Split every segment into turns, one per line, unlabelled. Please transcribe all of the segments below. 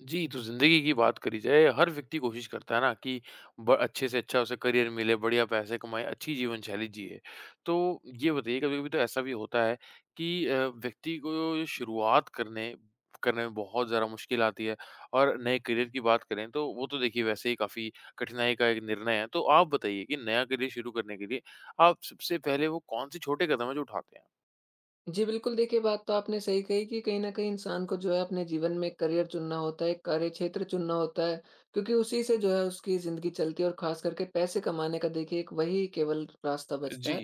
जी, तो ज़िंदगी की बात करी जाए, हर व्यक्ति कोशिश करता है ना कि ब अच्छे से अच्छा उसे करियर मिले, बढ़िया पैसे कमाए, अच्छी जीवन शैली जिए। तो ये बताइए कभी-कभी तो ऐसा भी होता है कि व्यक्ति को शुरुआत करने करने में बहुत ज़्यादा मुश्किल आती है और नए करियर की बात करें तो वो तो देखिए वैसे ही काफ़ी कठिनाई का एक निर्णय है। तो आप बताइए कि नया करियर शुरू करने के लिए आप सबसे पहले वो कौन-से छोटे कदम हैं जो उठाते हैं?
जी, बिल्कुल। देखिए, बात तो आपने सही कही कि कहीं न कहीं इंसान को जो है अपने जीवन में एक करियर चुनना होता है, एक कार्यक्षेत्र चुनना होता है, क्योंकि उसी से जो है उसकी ज़िंदगी चलती है और ख़ास करके पैसे कमाने का देखिए एक वही केवल रास्ता बचता
जी,
है।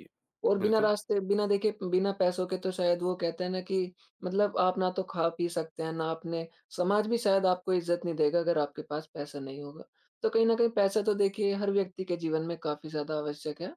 और बिना
बिल्कुल।
रास्ते, बिना देखे, बिना पैसों के तो शायद वो कहते हैं ना कि मतलब आप ना तो खा-पी सकते हैं, ना आपने समाज भी शायद आपको इज़्ज़त नहीं देगा अगर आपके पास पैसा नहीं होगा। तो कहीं न कहीं पैसा तो देखिए हर व्यक्ति के जीवन में काफ़ी ज़्यादा आवश्यक है।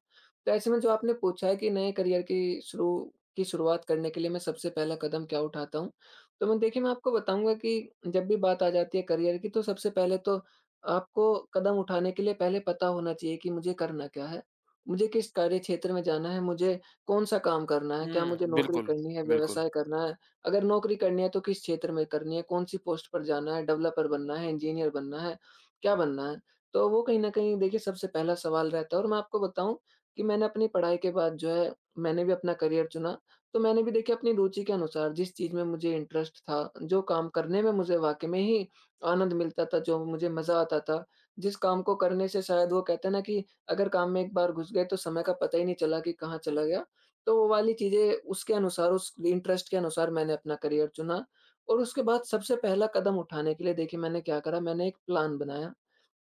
तो ऐसे में जो आपने पूछा है कि नए करियर की शुरू की शुरुआत करने के लिए मैं सबसे पहला कदम क्या उठाता हूँ? तो मैं, देखिए, मैं आपको बताऊँगा कि जब भी बात आ जाती है करियर की, तो सबसे पहले तो आपको कदम उठाने के लिए पहले पता होना चाहिए कि मुझे करना क्या है? मुझे किस कार्यक्षेत्र में जाना है? मुझे कौन-सा काम करना है? क्या मुझे
हुँ,
नौकरी
बिल्कुल,
करनी है,
बिल्कुल।
व्यवसाय करना है? अगर नौकरी करनी है तो किस क्षेत्र में करनी है? कौन-सी पोस्ट पर जाना है? डेवलपर बनना है, इंजीनियर बनना है, क्या बनना है? तो वो कहीं न कहीं देखिए सबसे पहला सवाल रहता है, और मैं आपको बताऊँ कि मैंने अपनी पढ़ाई के बाद जो है मैंने भी अपना करियर चुना। तो मैंने भी देखिए अपनी रुचि के अनुसार, जिस चीज़ में मुझे इंटरेस्ट था, जो काम करने में मुझे वाक़ई में ही आनंद मिलता था, जो मुझे मज़ा आता था, जिस काम को करने से शायद वो कहते हैं ना कि अगर काम में एक बार घुस गए तो समय का पता ही नहीं चला कि कहाँ चला गया। तो वो वाली चीज़ें, उसके अनुसार, उस इंटरेस्ट के अनुसार मैंने अपना करियर चुना। और उसके बाद सबसे पहला कदम उठाने के लिए देखिए मैंने क्या करा, मैंने एक प्लान बनाया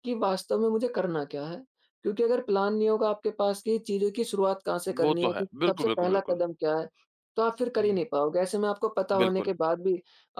कि वास्तव में मुझे करना क्या है। क्योंकि अगर प्लान नहीं होगा आपके पास कि चीज़ों की शुरुआत कहाँ से
वो
करनी
तो
है,
है।
कि
बिल्कुल,
सबसे
बिल्कुल,
पहला
बिल्कुल।
कदम क्या है, तो आप फिर कर ही
हुँ,
नहीं पाओगे। ऐसे में आपको पता होने
बिल्कुल।
के बाद भी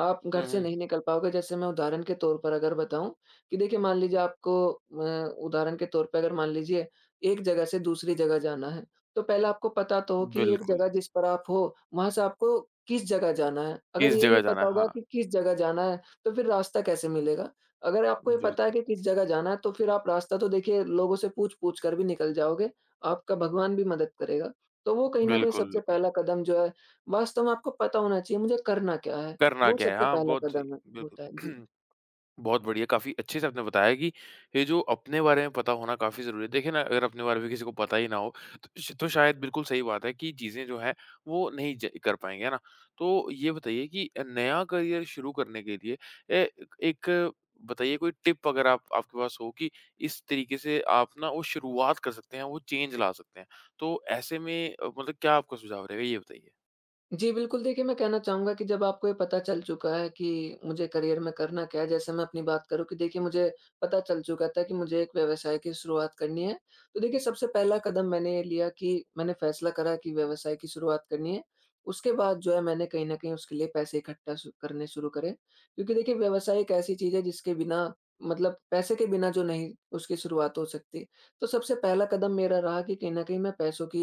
आप
हुँ,
घर से
हुँ,
नहीं निकल पाओगे। जैसे मैं उदाहरण के तौर पर अगर बताऊँ कि देखिए, मान लीजिए आपको उदाहरण के तौर पे अगर मान लीजिए एक जगह से दूसरी जगह जाना है, तो पहले आपको पता तो हो कि एक
बिल्कुल।
जगह जिस पर आप हो, वहाँ से आपको किस जगह जाना है।
किस
अगर
हाँ।
यही
जगह
नहीं
जाना है,
पता होगा
हाँ।
कि किस जगह जाना है, तो फिर रास्ता कैसे मिलेगा? अगर आपको ये पता है
बिल्कुल,
कि किस जगह जाना है, तो फिर आप रास्ता तो देखिए लोगों से पूछ-पूछ कर भी निकल जाओगे, आपका भगवान भी मदद करेगा। तो वो कहीं न कहीं
बिल्कुल,
सबसे
बिल्कुल।
पहला कदम जो है, वास्तव में आपको पता होना चाहिए मुझे करना क्या है।
करना
वो
क्या है?
सबसे
हाँ,
पहला
बहुत सही,
कदम है होता है। जी।
बिल्कुल। बहुत बढ़िया, काफ़ी अच्छे से आपने बताया कि ये जो अपने बारे में पता होना काफ़ी ज़रूरी है। देखिए ना, अगर अपने बारे में किसी को पता ही ना हो, तो श तो शायद बिल्कुल सही बात है कि चीज़ें जो हैं, वो नहीं ज कर पाएँगे, है ना? तो ये बताइए कि नया करियर शुरू करने के लिए ए एक बताइए कोई टिप अगर आप आपके पास हो कि इस तरीके से आप ना वो शुरुआत कर सकते हैं, वो चेंज ला सकते हैं। तो ऐसे में मतलब क्या आपका सुझाव रहेगा, ये बताइए?
जी, बिल्कुल। देखिए, मैं कहना चाहूँगा कि जब आपको ये पता चल चुका है कि मुझे करियर में करना क्या है, जैसे मैं अपनी बात करूँ कि देखिए, मुझे पता चल चुका था कि मुझे एक व्यवसाय की शुरुआत करनी है। तो देखिए, सबसे पहला कदम मैंने ये लिया कि मैंने फैसला करा कि व्यवसाय की शुरुआत करनी है। उसके बाद जो है, मैंने कहीं न कहीं उसके लिए पैसे इकट्ठा शु करने शुरू करे। क्योंकि देखिए, व्यवसाय एक ऐसी चीज़ है जिसके बिना, मतलब पैसे के बिना, जो नहीं उसकी शुरुआत हो सकती। तो सबसे पहला कदम मेरा रहा कि कहीं न कहीं मैं पैसों की,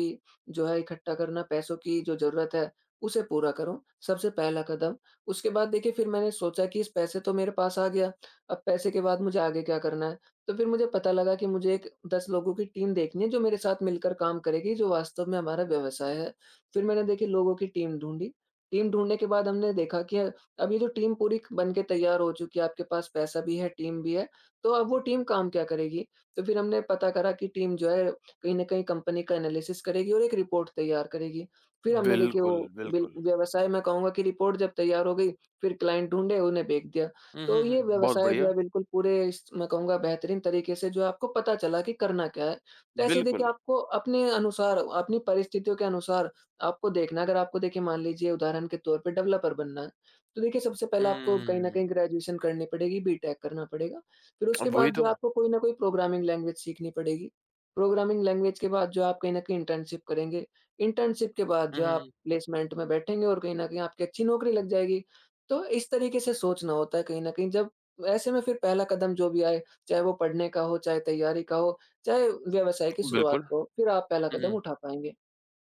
जो है, इकट्ठा करना, पैसों की जो ज़रूरत है उसे पूरा करूँ, सबसे पहला कदम। उसके बाद देखिए फिर मैंने सोचा कि इस पैसे तो मेरे पास आ गया, अब पैसे के बाद मुझे आगे क्या करना है? तो फिर मुझे पता लगा कि मुझे एक 10 लोगों की टीम देखनी है जो मेरे साथ मिलकर काम करेगी, जो वास्तव में हमारा व्यवसाय है। फिर मैंने, देखिए, लोगों की टीम ढूँढी। टीम ढूँढने के बाद हमने देखा कि अब ये जो टीम पूरी बन के तैयार हो चुकी है, आपके पास पैसा भी है, टीम भी है, तो अब वो टीम काम क्या करेगी? तो फिर हमने पता करा कि टीम जो है कहीं न कहीं कंपनी का एनालिसिस करेगी और एक रिपोर्ट तैयार करेगी। फिर हमने देखिए
बिल्कुल,
वो बिल
बिल्कुल।
व्यवसाय, मैं कहूँगा कि रिपोर्ट जब तैयार हो गई, फिर क्लाइंट ढूँढे, उन्हें बेच दिया।
हुँ,
तो
हुँ,
ये
हुँ। बहुत
व्यवसाय जो
बढ़िया।
है बिल्कुल पूरे इस, मैं कहूँगा, बेहतरीन तरीके से जो आपको पता चला कि करना क्या है। तो ऐसे ही
बिल्कुल।
देखिए आपको अपने अनुसार, अपनी परिस्थितियों के अनुसार आपको देखना है। अगर आपको, देखिए, मान लीजिए उदाहरण के तौर पे डेवलपर बनना है, तो देखिए सबसे पहले आपको कहीं न
हुँ,
कहीं ग्रेजुएशन करनी पड़ेगी, बीटेक करना पड़ेगा। फिर उसके
अब वही
बाद जो
तो।
आपको कोई ना कोई प्रोग्रामिंग लैंग्वेज सीखनी पड़ेगी। प्रोग्रामिंग लैंग्वेज के बाद जो आप कहीं न कहीं इंटर्नशिप करेंगे। इंटर्नशिप के बाद
हुँ,
जो है आप
हुँ,
प्लेसमेंट में बैठेंगे और कहीं न कहीं आपकी अच्छी नौकरी लग जाएगी। तो इस तरीके से सोचना होता है कहीं न कहीं, जब ऐसे में फिर पहला कदम जो भी आए, चाहे वो पढ़ने का हो, चाहे तैयारी का हो, चाहे व्यवसाय की
हुँ।
शुरुआत
बिल्कुल।
का हो, फिर आप पहला
हुँ,
कदम
हुँ।
उठा पाएँगे।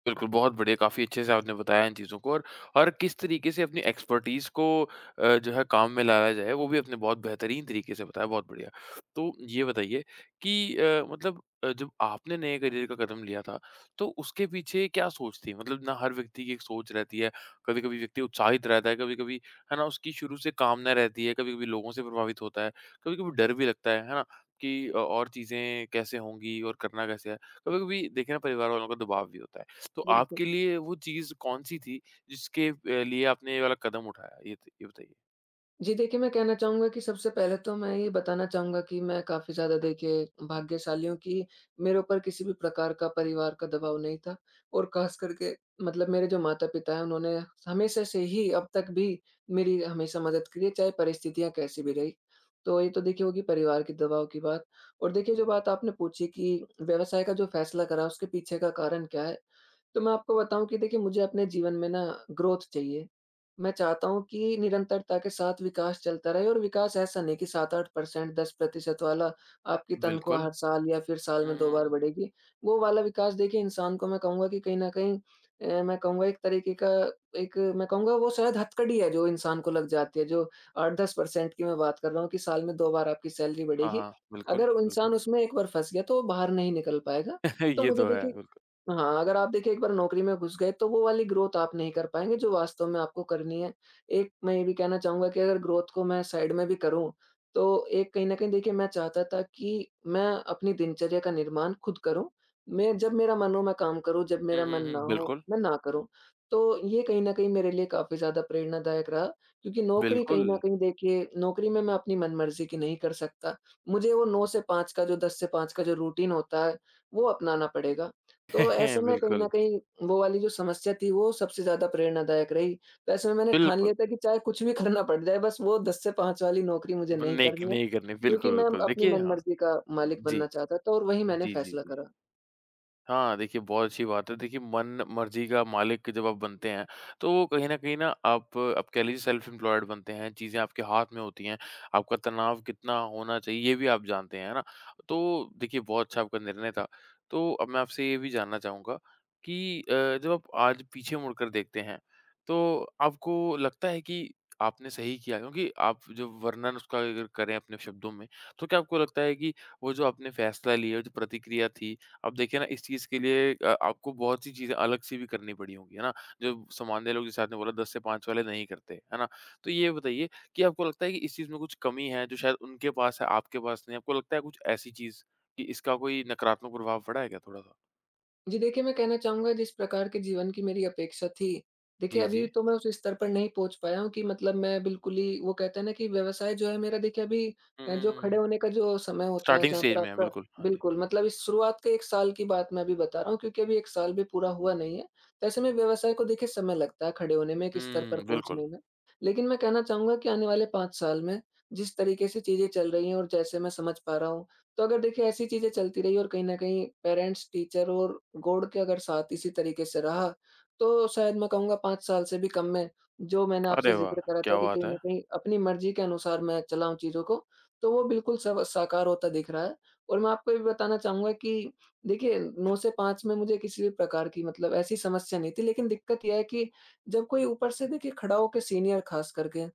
बिल्कुल, बहुत बढ़िया, काफ़ी अच्छे से आपने बताया इन चीज़ों को और किस तरीके से अपनी एक्सपर्टीज़ को जो है काम में लाया जाए, वो भी आपने बहुत बेहतरीन तरीके से बताया, बहुत बढ़िया। तो ये बताइए कि मतलब जब आपने नए करियर का कदम लिया था, तो उसके पीछे क्या सोच थी? मतलब ना हर व्यक्ति की एक सोच रहती है, कभी-कभी व्यक्ति उत्साहित रहता है, कभी-कभी, है ना, उसकी शुरू से कामना रहती है, कभी-कभी लोगों से प्रभावित होता है, कभी-कभी डर भी लगता है ना? कि और चीज़ें कैसे होंगी और करना कैसे है? कभी-कभी देखिए ना परिवार वालों का दबाव भी होता है। तो
बिल्कुल।
आपके लिए वो चीज़ कौन-सी थी जिसके लिए आपने ये वाला कदम उठाया? ये बताइए?
जी, देखिए, मैं कहना चाहूँगा कि सबसे पहले तो मैं ये बताना चाहूँगा कि मैं काफ़ी ज़्यादा, देखिए, भाग्यशाली हूँ कि मेरे ऊपर किसी भी प्रकार का परिवार का दबाव नहीं था, और ख़ास करके, मतलब, मेरे जो माता-पिता हैं उन्होंने हमेशा से ही, अब तक भी, मेरी हमेशा मदद की है, चाहे परिस्थितियाँ कैसी भी रही। तो ये तो देखिए होगी परिवार के दबाव की बात। और देखिए, जो बात आपने पूछी कि व्यवसाय का जो फ़ैसला करा उसके पीछे का कारण क्या है? तो मैं आपको बताऊँ कि, देखिए, मुझे अपने जीवन में ना ग्रोथ चाहिए। मैं चाहता हूँ कि निरंतरता के साथ विकास चलता रहे, और विकास ऐसा नहीं कि 7-8% 10% वाला आपकी
बिल्कुल।
तनख्वाह हर साल या फिर साल
हुँ,
में 2
हुँ,
बार
हुँ।
बढ़ेगी। वो वाला विकास, देखिए, इंसान को मैं कहूँगा कि कहीं न कहीं, मैं कहूँगा एक तरीके का एक, मैं कहूँगा वो शायद हथकड़ी है जो इंसान को लग जाती है, जो 8-10% की मैं बात कर रहा हूँ कि साल में 2 बार आपकी सैलरी
हाँ,
बढ़ेगी।
हाँ। बिल्कुल,
अगर वो
बिल्कुल।
इंसान उसमें एक बार फँस गया तो वो बाहर नहीं निकल पाएगा। तो
ये
मुझे,
तो है,
देखिए,
बिल्कुल।
हाँ, अगर आप देखिए एक बार नौकरी में घुस गए तो वो वाली ग्रोथ आप नहीं कर पाएँगे जो वास्तव में आपको करनी है। एक मैं ये भी कहना चाहूँगा कि अगर ग्रोथ को मैं साइड में भी करूँ, तो एक कहीं न कहीं, देखिए, मैं चाहता था कि मैं अपनी दिनचर्या का निर्माण खुद करूँ। मैं जब मेरा मन हो मैं काम करूँ, जब
हुँ,
मेरा
हुँ,
मन
हुँ।
ना हो
बिल्कुल,
मैं ना करूँ। तो ये कहीं न कहीं मेरे लिए काफ़ी ज़्यादा प्रेरणादायक रहा, क्योंकि नौकरी कहीं
बिल्कुल।
न कहीं, देखिए, नौकरी में मैं अपनी मनमर्ज़ी की नहीं कर सकता। मुझे वो 9 से 5 का जो 10 से 5 का जो रूटीन होता है, वो अपनाना पड़ेगा। तो ऐसे में कहीं न
बिल्कुल,
कहीं वो वाली जो समस्या थी वो सबसे ज़्यादा प्रेरणादायक रही। तो ऐसे में मैंने ठान
बिल्कुल।
लिया था कि चाहे कुछ भी करना पड़ जाए, बस वो 10 से 5 वाली नौकरी मुझे नहीं
नहीं
करनी है,
नहीं करनी।
क्योंकि
बिल्कुल,
मैं
बिल्कुल।
अपनी
देखिए हाँ।
मनमर्ज़ी का मालिक
जी।
बनना चाहता था और वही मैंने
जी, जी,
फैसला
जी।
करा।
हाँ, देखिए बहुत अच्छी बात है। देखिए मन मर्ज़ी का मालिक जब आप बनते हैं, तो वो कहीं न कहीं ना आप कह लीजिए सेल्फ एम्प्लॉयड बनते हैं, चीज़ें आपके हाथ में होती हैं, आपका तनाव कितना होना चाहिए ये भी आप जानते हैं, है ना? तो देखिए बहुत अच्छा आपका निर्णय था। तो अब मैं आपसे ये भी जानना चाहूँगा कि जब आप आज पीछे मुड़कर देखते हैं, तो आपको लगता है कि आपने सही किया? क्योंकि आप जो वर्णन उसका अगर करें अपने शब्दों में, तो क्या आपको लगता है कि वो जो आपने फैसला लिया, जो प्रतिक्रिया थी अब देखिए ना इस चीज़ के लिए आपको बहुत सी चीज़ें अलग से भी करनी पड़ी होंगी, है ना? जो सामान्य लोग जैसे आपने बोला 10 से 5 वाले नहीं करते, है ना? तो ये बताइए कि आपको लगता है कि इस चीज़ में कुछ कमी है जो शायद उनके पास है, आपके पास नहीं है? आपको लगता है कुछ ऐसी चीज़ कि इसका कोई नकारात्मक प्रभाव पड़ा है क्या थोड़ा-सा?
जी, देखिए, मैं कहना चाहूँगा जिस प्रकार के जीवन की मेरी अपेक्षा थी, देखिए
जी,
अभी
जी।
तो मैं उस स्तर पर नहीं पहुँच पाया हूँ कि, मतलब, मैं बिल्कुल ही वो कहते हैं ना कि व्यवसाय जो है मेरा, देखिए, अभी
हुँ, हुँ,
जो खड़े
हुँ।
होने का जो समय होता है
स्टार्टिंग
जहाँ
स्टेज
पर
में है,
आपका
बिल्कुल। हाँ जी।
बिल्कुल, मतलब इस शुरुआत के 1 साल की बात मैं अभी बता रहा हूँ क्योंकि अभी 1 साल भी पूरा हुआ नहीं है। तो ऐसे में व्यवसाय को, देखिए, समय लगता है खड़े होने में, एक स्तर पर
हुँ, बिल्कुल।
पहुँचने में। लेकिन मैं कहना चाहूँगा कि आने वाले 5 साल में जिस तरीके से चीज़ें चल रही हैं और जैसे मैं समझ पा रहा हूँ, तो अगर देखिए ऐसी चीज़ें चलती रही और कहीं न कहीं पेरेंट्स, टीचर और गॉड के अगर साथ इसी तरीके से रहा, तो शायद मैं कहूँगा 5 साल से भी कम में जो मैंने
अरे
आपसे
वाह!
ज़िक्र करा था
क्या
कि
बात
कहीं
है।
न कहीं अपनी मर्ज़ी के अनुसार मैं चलाऊँ चीज़ों को, तो वो बिल्कुल सव साकार होता दिख रहा है। और मैं आपको ये भी बताना चाहूँगा कि देखिए 9 से 5 में मुझे किसी भी प्रकार की, मतलब, ऐसी समस्या नहीं थी, लेकिन दिक्कत ये है कि जब कोई ऊपर से, देखिए, खड़ा होके सीनियर, ख़ास करके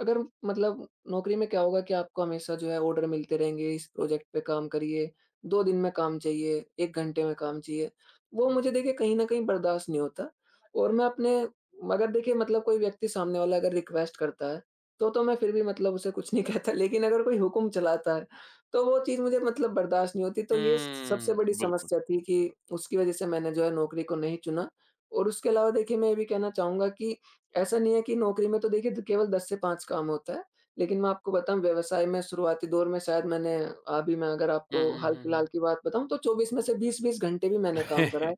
अगर, मतलब, नौकरी में क्या होगा कि आपको हमेशा जो है ऑर्डर मिलते रहेंगे, इस प्रोजेक्ट पे काम करिए, 2 दिन में काम चाहिए, 1 घंटे में काम चाहिए। वो मुझे, देखिए, कहीं न कहीं बर्दाश्त नहीं होता और मैं अपने अगर देखिए मतलब कोई व्यक्ति सामने वाला अगर रिक्वेस्ट करता है, तो मैं फिर भी मतलब उसे कुछ नहीं कहता, लेकिन अगर कोई हुक्म चलाता है, तो वो चीज़ मुझे मतलब बर्दाश्त नहीं होती। तो ये सबसे
हुँ,
बड़ी
बिल्कुल।
समस्या थी कि उसकी वज़ह से मैंने जो है नौकरी को नहीं चुना। और उसके अलावा देखिए मैं ये भी कहना चाहूँगा कि ऐसा नहीं है कि नौकरी में तो देखिए केवल 10 से 5 काम होता है। लेकिन मैं आपको बताऊँ, व्यवसाय में शुरुआती दौर में शायद मैंने, अभी मैं अगर
हुँ,
आपको
हुँ, हुँ, हुँ।
हाल-फिलहाल की बात बताऊँ तो 24 में से 20-20 घंटे भी मैंने काम करा है।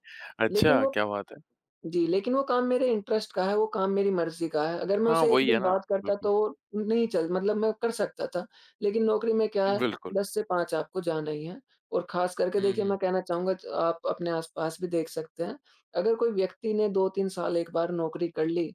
लेकिन
अच्छा,
वो
क्या बात है!
जी, लेकिन वो काम मेरे इंटरेस्ट का है, वो काम मेरी मर्ज़ी का है। अगर मैं
हाँ,
उसे 1
वही है
दिन
ना।
बाद करता
बिल्कुल,
तो वो नहीं चल मतलब मैं कर सकता था। लेकिन नौकरी में क्या है,
बिल्कुल।
10 से 5 आपको जाना ही है। और ख़ास करके
हुँ,
देखिए
हुँ।
मैं कहना चाहूँगा च आप अपने आस-पास भी देख सकते हैं। अगर कोई व्यक्ति ने 2-3 साल एक बार नौकरी कर ली,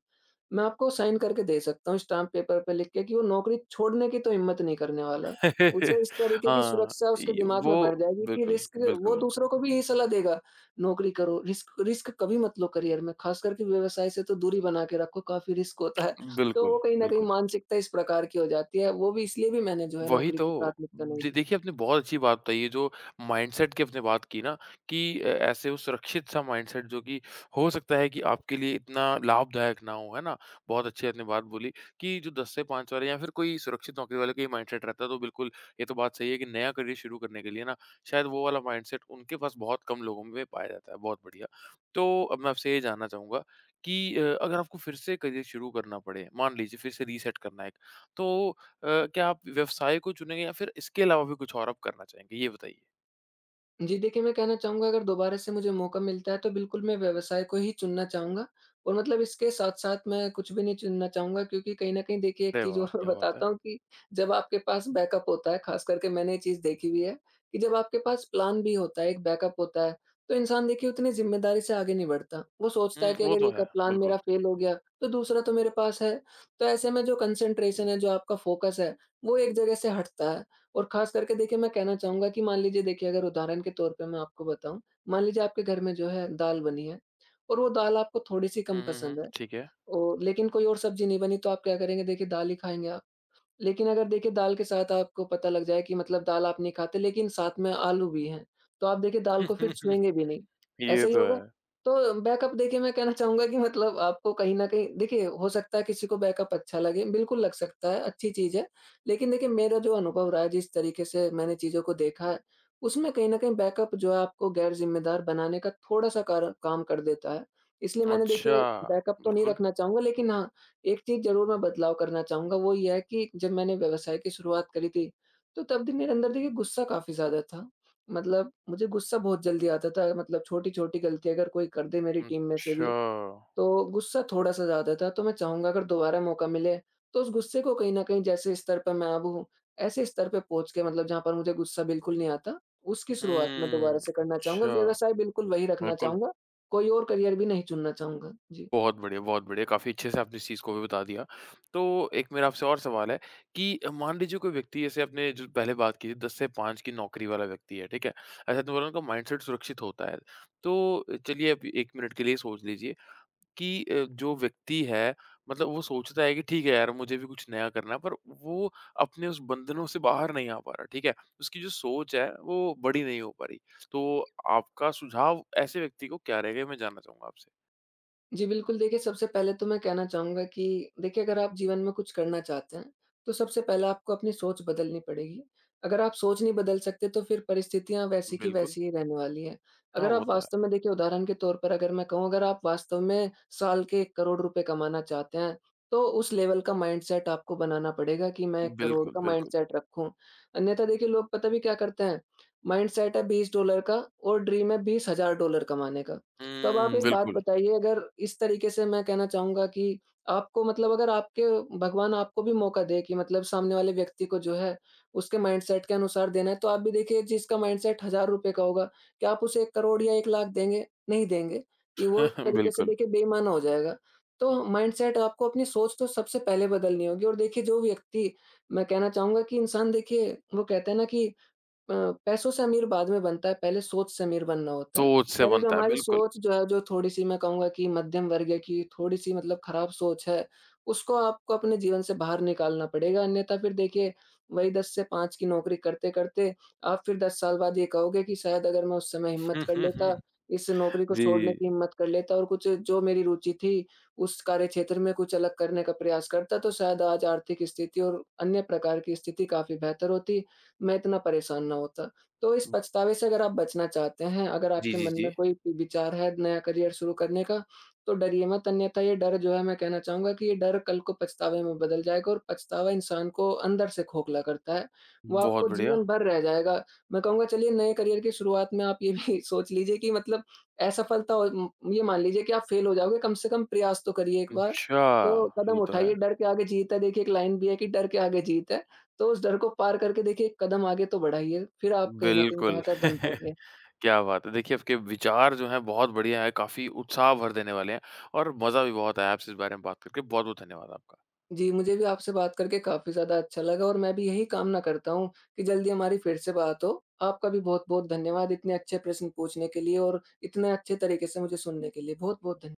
मैं आपको साइन करके दे सकता हूँ स्टाम्प पेपर पे लिख के कि वो नौकरी छोड़ने की तो हिम्मत नहीं करने वाला। उसे इस तरीके की
हाँ,
सुरक्षा उसके
इ
दिमाग में भर
वो
जाएगी कि
बिल्कुल,
रिस्क,
बिल्कुल,
वो
बिल्कुल।
दूसरों को भी यही सलाह देगा। नौकरी करो, रिस्क रिस्क कभी मत लो करियर में, खास करके व्यवसाय से तो दूरी बना के रखो, काफ़ी रिस्क होता है। तो वो
बिल्कुल,
कहीं न कहीं
बिल्कुल।
मानसिकता इस प्रकार की हो जाती है, वो भी इसलिए भी मैंने जो है
वही
नौकरी को
तो।
प्राथमिकता नहीं
दे
दी।
देखिए आपने बहुत अच्छी बात बताई है जो माइंडसेट की आपने बात की ना कि ऐसे वो सुरक्षित सा माइंडसेट जो कि हो सकता है कि आपके लिए इतना लाभदायक ना हो, है ना? बहुत अच्छी आपने बात बोली कि जो 10 से 5 वाले या फिर कोई सुरक्षित नौकरी वाले का ही माइंडसेट रहता है तो बिल्कुल ये तो बात सही है कि नया करियर शुरू करने के लिए ना शायद वो वाला माइंडसेट उनके पास बहुत कम लोगों में पाया जाता है। बहुत बढ़िया। तो अब मैं आपसे ये जानना चाहूँगा कि अगर आपको फिर से करियर शुरू करना पड़े, मान लीजिए फिर से रीसेट करना है एक, तो क्या आप व्यवसाय को चुनेंगे या फिर इसके अलावा भी कुछ और आप करना चाहेंगे? ये बताइए।
जी, देखिए मैं कहना चाहूँगा अगर दोबारा से मुझे मौका मिलता है तो बिल्कुल मैं व्यवसाय को ही चुनना चाहूँगा और मतलब इसके साथ-साथ मैं कुछ भी नहीं चुनना चाहूँगा, क्योंकि कहीं न कहीं देखिए एक
अरे
चीज़
वाह!
और मैं
क्या बात है।
बताता हूँ कि जब आपके पास बैकअप होता है, ख़ास करके मैंने ये चीज़ देखी हुई है कि जब आपके पास प्लान बी होता है, एक बैकअप होता है, तो इंसान देखिए उतनी ज़िम्मेदारी से आगे नहीं बढ़ता। वो सोचता
हुँ,
है कि
वो
अगर
तो
ये क
है,
प्लान
बिल्कुल।
मेरा फ़ेल हो गया तो दूसरा तो मेरे पास है। तो ऐसे में जो कंसंट्रेशन है, जो आपका फ़ोकस है, वो एक जगह से हटता है। और खास करके देखिए मैं कहना चाहूँगा कि मान लीजिए देखिए, अगर उदाहरण के तौर पे मैं आपको बताऊँ, मान लीजिए आपके घर में जो है दाल बनी है और वो दाल आपको थोड़ी-सी
हुँ,
कम
हुँ, हुँ,
पसंद है
ठीक है।
और लेकिन कोई और सब्ज़ी नहीं बनी, तो आप क्या करेंगे? देखिए दाल ही खाएँगे आप। लेकिन अगर देखिए दाल के साथ आपको पता लग जाए कि मतलब दाल आप नहीं खाते लेकिन साथ में आलू भी हैं, तो आप देखिए दाल को फिर छुएँगे
ये
भी नहीं, ऐसा ही
तो
होगा?
है।
तो बैकअप देखिए मैं कहना चाहूँगा कि मतलब आपको कहीं न कहीं देखिए हो सकता है किसी को बैकअप अच्छा लगे, बिल्कुल लग सकता है, अच्छी चीज़ है। लेकिन देखिए मेरा जो अनुभव रहा है, जिस तरीके से मैंने चीज़ों को देखा है, उसमें कहीं न कहीं बैकअप जो है आपको गैर ज़िम्मेदार बनाने का थोड़ा-सा कारण काम कर देता है। इसलिए मैंने
अच्छा,
देखिए बैकअप तो नहीं
बिल्कुल।
रखना चाहूँगा, लेकिन हाँ, एक चीज़ ज़रूर मैं बदलाव करना चाहूँगा, वो ये है कि जब मैंने व्यवसाय की शुरुआत करी थी, तो तब भी मेरे अंदर देखिए गुस्सा काफ़ी ज़्यादा था। मतलब मुझे गुस्सा बहुत जल्दी आता था, मतलब छोटी-छोटी गलती अगर कोई कर दे मेरी टीम में से
अच्छा।
भी, तो गुस्सा थोड़ा-सा ज़्यादा था। तो मैं चाहूँगा अगर दोबारा मौका मिले, तो उस गुस्से को कहीं न कहीं, जैसे स्तर पर मैं अब हूँ, ऐसे स्तर पे पहुँच के मतलब जहाँ पर मुझे गुस्सा बिल्कुल नहीं आता, उसकी शुरुआत मैं दोबारा
हुँ,
से करना चाहूँगा।
अच्छा,
व्यवसाय बिल्कुल वही रखना
बिल्कुल।
चाहूँगा, कोई और करियर भी नहीं चुनना चाहूँगा। जी।
बहुत बढ़िया, बहुत बढ़िया। काफ़ी अच्छे से आपने इस चीज़ को भी बता दिया। तो एक मेरा आपसे और सवाल है कि मान लीजिए कोई व्यक्ति जैसे आपने जो पहले बात की 10 से 5 की नौकरी वाला व्यक्ति है, ठीक है? ऐसा तो बोला उनका माइंडसेट सुरक्षित होता है। तो चलिए आप 1 मिनट के लिए सोच लीजिए कि जो व्यक्ति है मतलब वो सोचता है कि ठीक है यार मुझे भी कुछ नया करना है पर वो अपने उस बंधनों से बाहर नहीं आ पा रहा, ठीक है? उसकी जो सोच है वो बड़ी नहीं हो पा रही। तो आपका सुझाव ऐसे व्यक्ति को क्या रहेगा ये मैं जानना चाहूँगा आपसे?
जी, बिल्कुल देखिए सबसे पहले तो मैं कहना चाहूँगा कि देखिए अगर आप जीवन में कुछ करना चाहते हैं, तो सबसे पहले आपको अपनी सोच बदलनी पड़ेगी। अगर आप सोच नहीं बदल सकते तो फिर परिस्थितियाँ वैसी की
बिल्कुल।
वैसी ही रहने वाली हैं।
हाँ,
अगर
वो
आप
तो है।
वास्तव में देखिए, उदाहरण के तौर पर अगर मैं कहूँ, अगर आप वास्तव में साल के 1 करोड़ रुपए कमाना चाहते हैं, तो उस लेवल का माइंडसेट आपको बनाना पड़ेगा कि मैं 1 करोड़
बिल्कुल,
का
बिल्कुल।
माइंडसेट रखूँ। अन्यथा देखिए लोग पता भी क्या करते हैं? माइंडसेट है $20 का और ड्रीम है $20,000 कमाने का। तो अब आप
हुँ,
एक बात
बिल्कुल।
बताइए, अगर इस तरीके से मैं कहना चाहूँगा कि आपको मतलब अगर आपके, भगवान आपको भी मौका दे कि मतलब सामने वाले व्यक्ति को जो है उसके माइंडसेट के अनुसार देना है, तो आप भी देखिए जिसका माइंडसेट ₹1000 का होगा, क्या आप उसे 1 करोड़ या 1 लाख देंगे? नहीं देंगे। ये वो एक तरीके से
बिल्कुल,
देखिए बेईमाना हो जाएगा। तो माइंडसेट, आपको अपनी सोच तो सबसे पहले बदलनी होगी और देखिए जो व्यक्ति, मैं कहना चाहूँगा कि इंसान देखिए वो कहते हैं ना कि अ, पैसों से अमीर बाद में बनता है, पहले सोच से अमीर बनना होता है।
सोच से
पहले जो
बनता है,
हमारी
बिल्कुल।
सोच जो है, जो थोड़ी-सी मैं कहूँगा कि मध्यम वर्गीय की थोड़ी-सी मतलब खराब सोच है, उसको आपको अपने जीवन से बाहर निकालना पड़ेगा। अन्यथा फिर देखिए, वही 10 से 5 की नौकरी करते-करते आप फिर 10 साल बाद ये कहोगे कि शायद अगर मैं उस समय
हम्म,
हिम्मत कर
हम्म,
लेता,
हम्म।
इस नौकरी को
जी।
छोड़ने की हिम्मत कर लेता और कुछ जो मेरी रुचि थी, उस कार्यक्षेत्र में कुछ अलग करने का प्रयास करता, तो शायद आज आर्थिक स्थिति और अन्य प्रकार की स्थिति काफ़ी बेहतर होती। मैं इतना परेशान ना होता। तो इस पछतावे से अगर आप बचना चाहते हैं, अगर
जी,
आपके
जी,
मन
जी।
में कोई विचार है नया करियर शुरू करने का, तो डरिए मत, अन्यथा ये डर जो है, मैं कहना चाहूँगा कि ये डर कल को पछतावे में बदल जाएगा और पछतावा इंसान को अंदर से खोखला करता है। वो
बहुत
आपको
बढ़िया।
जीवन भर रह जाएगा। मैं कहूँगा चलिए नए करियर की शुरुआत में आप ये भी सोच लीजिए कि मतलब असफलता हो ये मान लीजिए कि आप फेल हो जाओगे, कम से कम प्रयास तो करिए एक बार।
अच्छा,
तो
ये
कदम
तो है।
उठाइए, डर के आगे जीत है, देखिए एक लाइन भी है कि डर के आगे जीत है। तो उस डर को पार करके देखिए एक कदम आगे तो बढ़ाइए, फिर आप कहीं न कहीं
बिल्कुल,
बेहतर बन पाएँगे।
क्या बात है। देखिए, आपके विचार जो हैं बहुत बढ़िया हैं, काफ़ी उत्साह भर देने वाले हैं और मज़ा भी बहुत आया आपसे इस बारे में बात करके। बहुत-बहुत धन्यवाद आपका।
जी, मुझे भी आपसे बात करके काफ़ी ज़्यादा अच्छा लगा और मैं भी यही कामना करता हूँ कि जल्दी हमारी फिर से बात हो। आपका भी बहुत-बहुत धन्यवाद इतने अच्छे प्रश्न पूछने के लिए और इतने अच्छे तरीके से मुझे सुनने के लिए। बहुत-बहुत धन्य